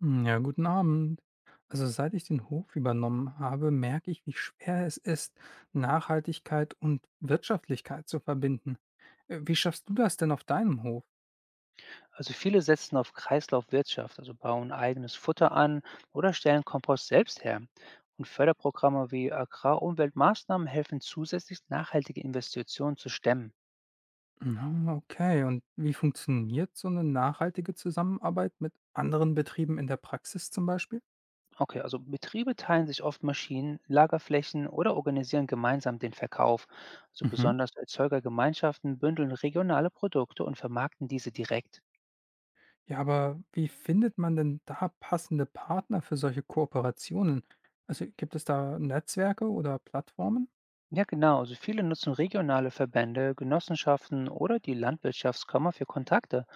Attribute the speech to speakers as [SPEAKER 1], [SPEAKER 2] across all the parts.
[SPEAKER 1] Hm, ja, guten Abend. Also seit ich den Hof übernommen habe, merke ich, wie schwer es ist, Nachhaltigkeit und Wirtschaftlichkeit zu verbinden. Wie schaffst du das denn auf deinem Hof?
[SPEAKER 2] Also viele setzen auf Kreislaufwirtschaft, also bauen eigenes Futter an oder stellen Kompost selbst her. Und Förderprogramme wie Agrarumweltmaßnahmen helfen zusätzlich, nachhaltige Investitionen zu stemmen.
[SPEAKER 1] Na, okay, und wie funktioniert so eine nachhaltige Zusammenarbeit mit anderen Betrieben in der Praxis zum Beispiel?
[SPEAKER 2] Okay, also Betriebe teilen sich oft Maschinen, Lagerflächen oder organisieren gemeinsam den Verkauf. Also
[SPEAKER 1] Mhm.
[SPEAKER 2] besonders Erzeugergemeinschaften bündeln regionale Produkte und vermarkten diese direkt.
[SPEAKER 1] Ja, aber wie findet man denn da passende Partner für solche Kooperationen? Also gibt es da Netzwerke oder Plattformen?
[SPEAKER 2] Ja, genau, also viele nutzen regionale Verbände, Genossenschaften oder die Landwirtschaftskammer für Kontakte.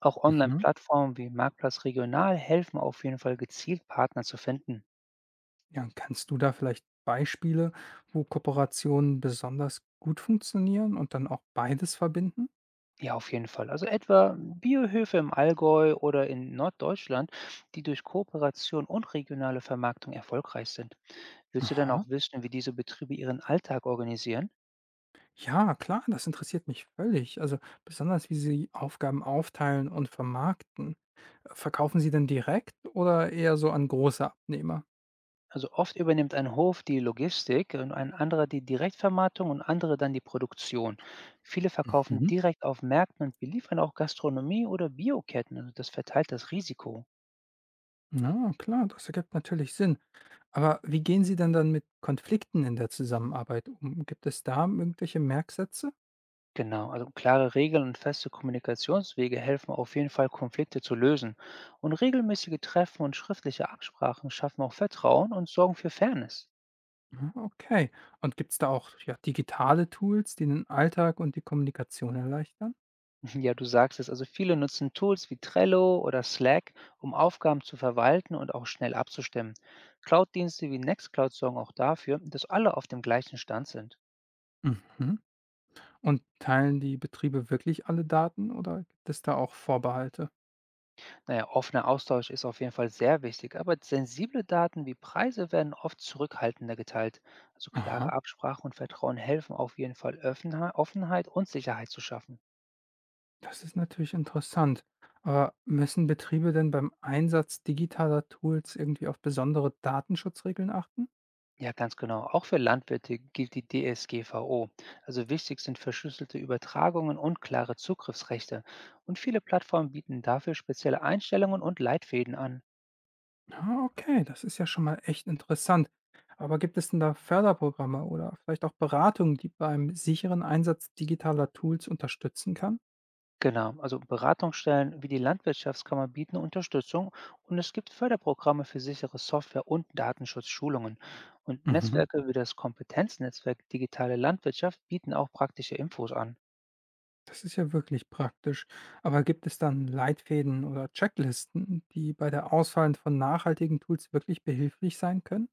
[SPEAKER 2] Auch
[SPEAKER 1] Mhm.
[SPEAKER 2] Online-Plattformen wie Marktplatz Regional helfen auf jeden Fall gezielt Partner zu finden.
[SPEAKER 1] Ja, und kannst du da vielleicht Beispiele, wo Kooperationen besonders gut funktionieren und dann auch beides verbinden?
[SPEAKER 2] Ja, auf jeden Fall. Also etwa Biohöfe im Allgäu oder in Norddeutschland, die durch Kooperation und regionale Vermarktung erfolgreich sind. Willst du dann
[SPEAKER 1] Aha.
[SPEAKER 2] auch wissen, wie diese Betriebe ihren Alltag organisieren?
[SPEAKER 1] Ja, klar, das interessiert mich völlig. Also besonders, wie Sie Aufgaben aufteilen und vermarkten. Verkaufen Sie denn direkt oder eher so an große Abnehmer?
[SPEAKER 2] Also oft übernimmt ein Hof die Logistik und ein anderer die Direktvermarktung und andere dann die Produktion. Viele verkaufen
[SPEAKER 1] Mhm.
[SPEAKER 2] direkt auf Märkten und beliefern auch Gastronomie oder Bioketten. Also das verteilt das Risiko.
[SPEAKER 1] Na klar, das ergibt natürlich Sinn. Aber wie gehen Sie denn dann mit Konflikten in der Zusammenarbeit um? Gibt es da irgendwelche Merksätze?
[SPEAKER 2] Genau, also klare Regeln und feste Kommunikationswege helfen auf jeden Fall, Konflikte zu lösen. Und regelmäßige Treffen und schriftliche Absprachen schaffen auch Vertrauen und sorgen für Fairness.
[SPEAKER 1] Ah, okay. Und gibt es da auch, ja, digitale Tools, die den Alltag und die Kommunikation erleichtern?
[SPEAKER 2] Ja, du sagst es, also viele nutzen Tools wie Trello oder Slack, um Aufgaben zu verwalten und auch schnell abzustimmen. Cloud-Dienste wie Nextcloud sorgen auch dafür, dass alle auf dem gleichen Stand sind.
[SPEAKER 1] Mhm. Und teilen die Betriebe wirklich alle Daten oder gibt es da auch Vorbehalte?
[SPEAKER 2] Naja, offener Austausch ist auf jeden Fall sehr wichtig, aber sensible Daten wie Preise werden oft zurückhaltender geteilt. Also klare
[SPEAKER 1] Aha,
[SPEAKER 2] Absprachen und Vertrauen helfen auf jeden Fall, Offenheit und Sicherheit zu schaffen.
[SPEAKER 1] das ist natürlich interessant. Aber müssen Betriebe denn beim Einsatz digitaler Tools irgendwie auf besondere Datenschutzregeln achten?
[SPEAKER 2] Ja, ganz genau. Auch für Landwirte gilt die DSGVO. Also wichtig sind verschlüsselte Übertragungen und klare Zugriffsrechte. Und viele Plattformen bieten dafür spezielle Einstellungen und Leitfäden an.
[SPEAKER 1] Ah, okay, das ist ja schon mal echt interessant. Aber gibt es denn da Förderprogramme oder vielleicht auch Beratungen, die beim sicheren Einsatz digitaler Tools unterstützen kann?
[SPEAKER 2] Genau, also Beratungsstellen wie die Landwirtschaftskammer bieten Unterstützung und es gibt Förderprogramme für sichere Software- und Datenschutzschulungen. Und
[SPEAKER 1] Mhm.
[SPEAKER 2] Netzwerke wie das Kompetenznetzwerk Digitale Landwirtschaft bieten auch praktische Infos an.
[SPEAKER 1] Das ist ja wirklich praktisch. Aber gibt es dann Leitfäden oder Checklisten, die bei der Auswahl von nachhaltigen Tools wirklich behilflich sein können?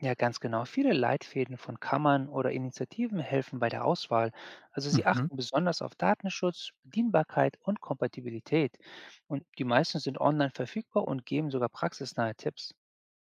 [SPEAKER 2] Ja, ganz genau. Viele Leitfäden von Kammern oder Initiativen helfen bei der Auswahl. Also sie
[SPEAKER 1] Mhm.
[SPEAKER 2] achten besonders auf Datenschutz, Bedienbarkeit und Kompatibilität. Und die meisten sind online verfügbar und geben sogar praxisnahe Tipps.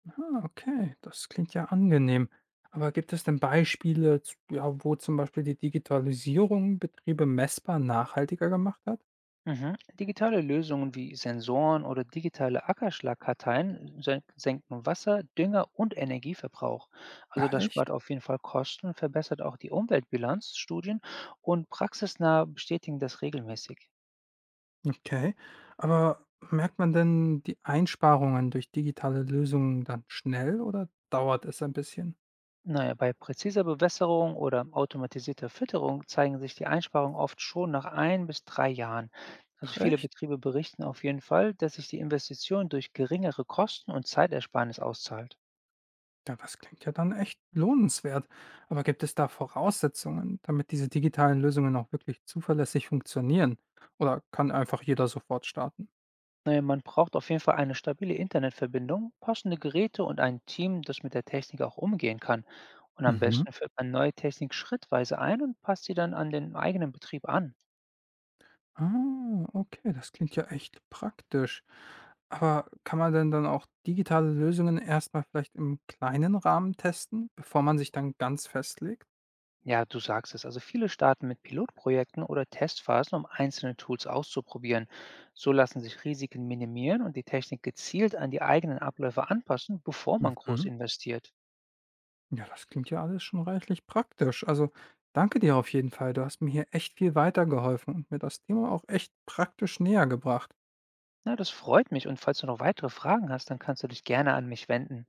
[SPEAKER 1] Ah, okay, das klingt ja angenehm. Aber gibt es denn Beispiele, ja, wo zum Beispiel die Digitalisierung Betriebe messbar nachhaltiger gemacht hat?
[SPEAKER 2] Mhm. Digitale Lösungen wie Sensoren oder digitale Ackerschlagkarteien senken Wasser, Dünger und Energieverbrauch. Also
[SPEAKER 1] Ach
[SPEAKER 2] das spart
[SPEAKER 1] echt?
[SPEAKER 2] auf jeden Fall Kosten und verbessert auch die Umweltbilanz, Studien und praxisnah bestätigen das regelmäßig.
[SPEAKER 1] Okay. Aber merkt man denn die Einsparungen durch digitale Lösungen dann schnell oder dauert es ein bisschen?
[SPEAKER 2] Naja, bei präziser Bewässerung oder automatisierter Fütterung zeigen sich die Einsparungen oft schon nach ein bis drei Jahren. Also
[SPEAKER 1] Ach
[SPEAKER 2] viele
[SPEAKER 1] echt?
[SPEAKER 2] Betriebe berichten auf jeden Fall, dass sich die Investition durch geringere Kosten und Zeitersparnis auszahlt.
[SPEAKER 1] Ja, das klingt ja dann echt lohnenswert. Aber gibt es da Voraussetzungen, damit diese digitalen Lösungen auch wirklich zuverlässig funktionieren? Oder kann einfach jeder sofort starten?
[SPEAKER 2] Man braucht auf jeden Fall eine stabile Internetverbindung, passende Geräte und ein Team, das mit der Technik auch umgehen kann. Und am
[SPEAKER 1] Mhm.
[SPEAKER 2] besten führt man neue Technik schrittweise ein und passt sie dann an den eigenen Betrieb an.
[SPEAKER 1] Ah, okay, das klingt ja echt praktisch. Aber kann man denn dann auch digitale Lösungen erstmal vielleicht im kleinen Rahmen testen, bevor man sich dann ganz festlegt?
[SPEAKER 2] Ja, du sagst es. Also viele starten mit Pilotprojekten oder Testphasen, um einzelne Tools auszuprobieren. So lassen sich Risiken minimieren und die Technik gezielt an die eigenen Abläufe anpassen, bevor man groß
[SPEAKER 1] Mhm.
[SPEAKER 2] investiert.
[SPEAKER 1] Ja, das klingt ja alles schon reichlich praktisch. Also danke dir auf jeden Fall. Du hast mir hier echt viel weitergeholfen und mir das Thema auch echt praktisch näher gebracht.
[SPEAKER 2] Na, das freut mich, und falls du noch weitere Fragen hast, dann kannst du dich gerne an mich wenden.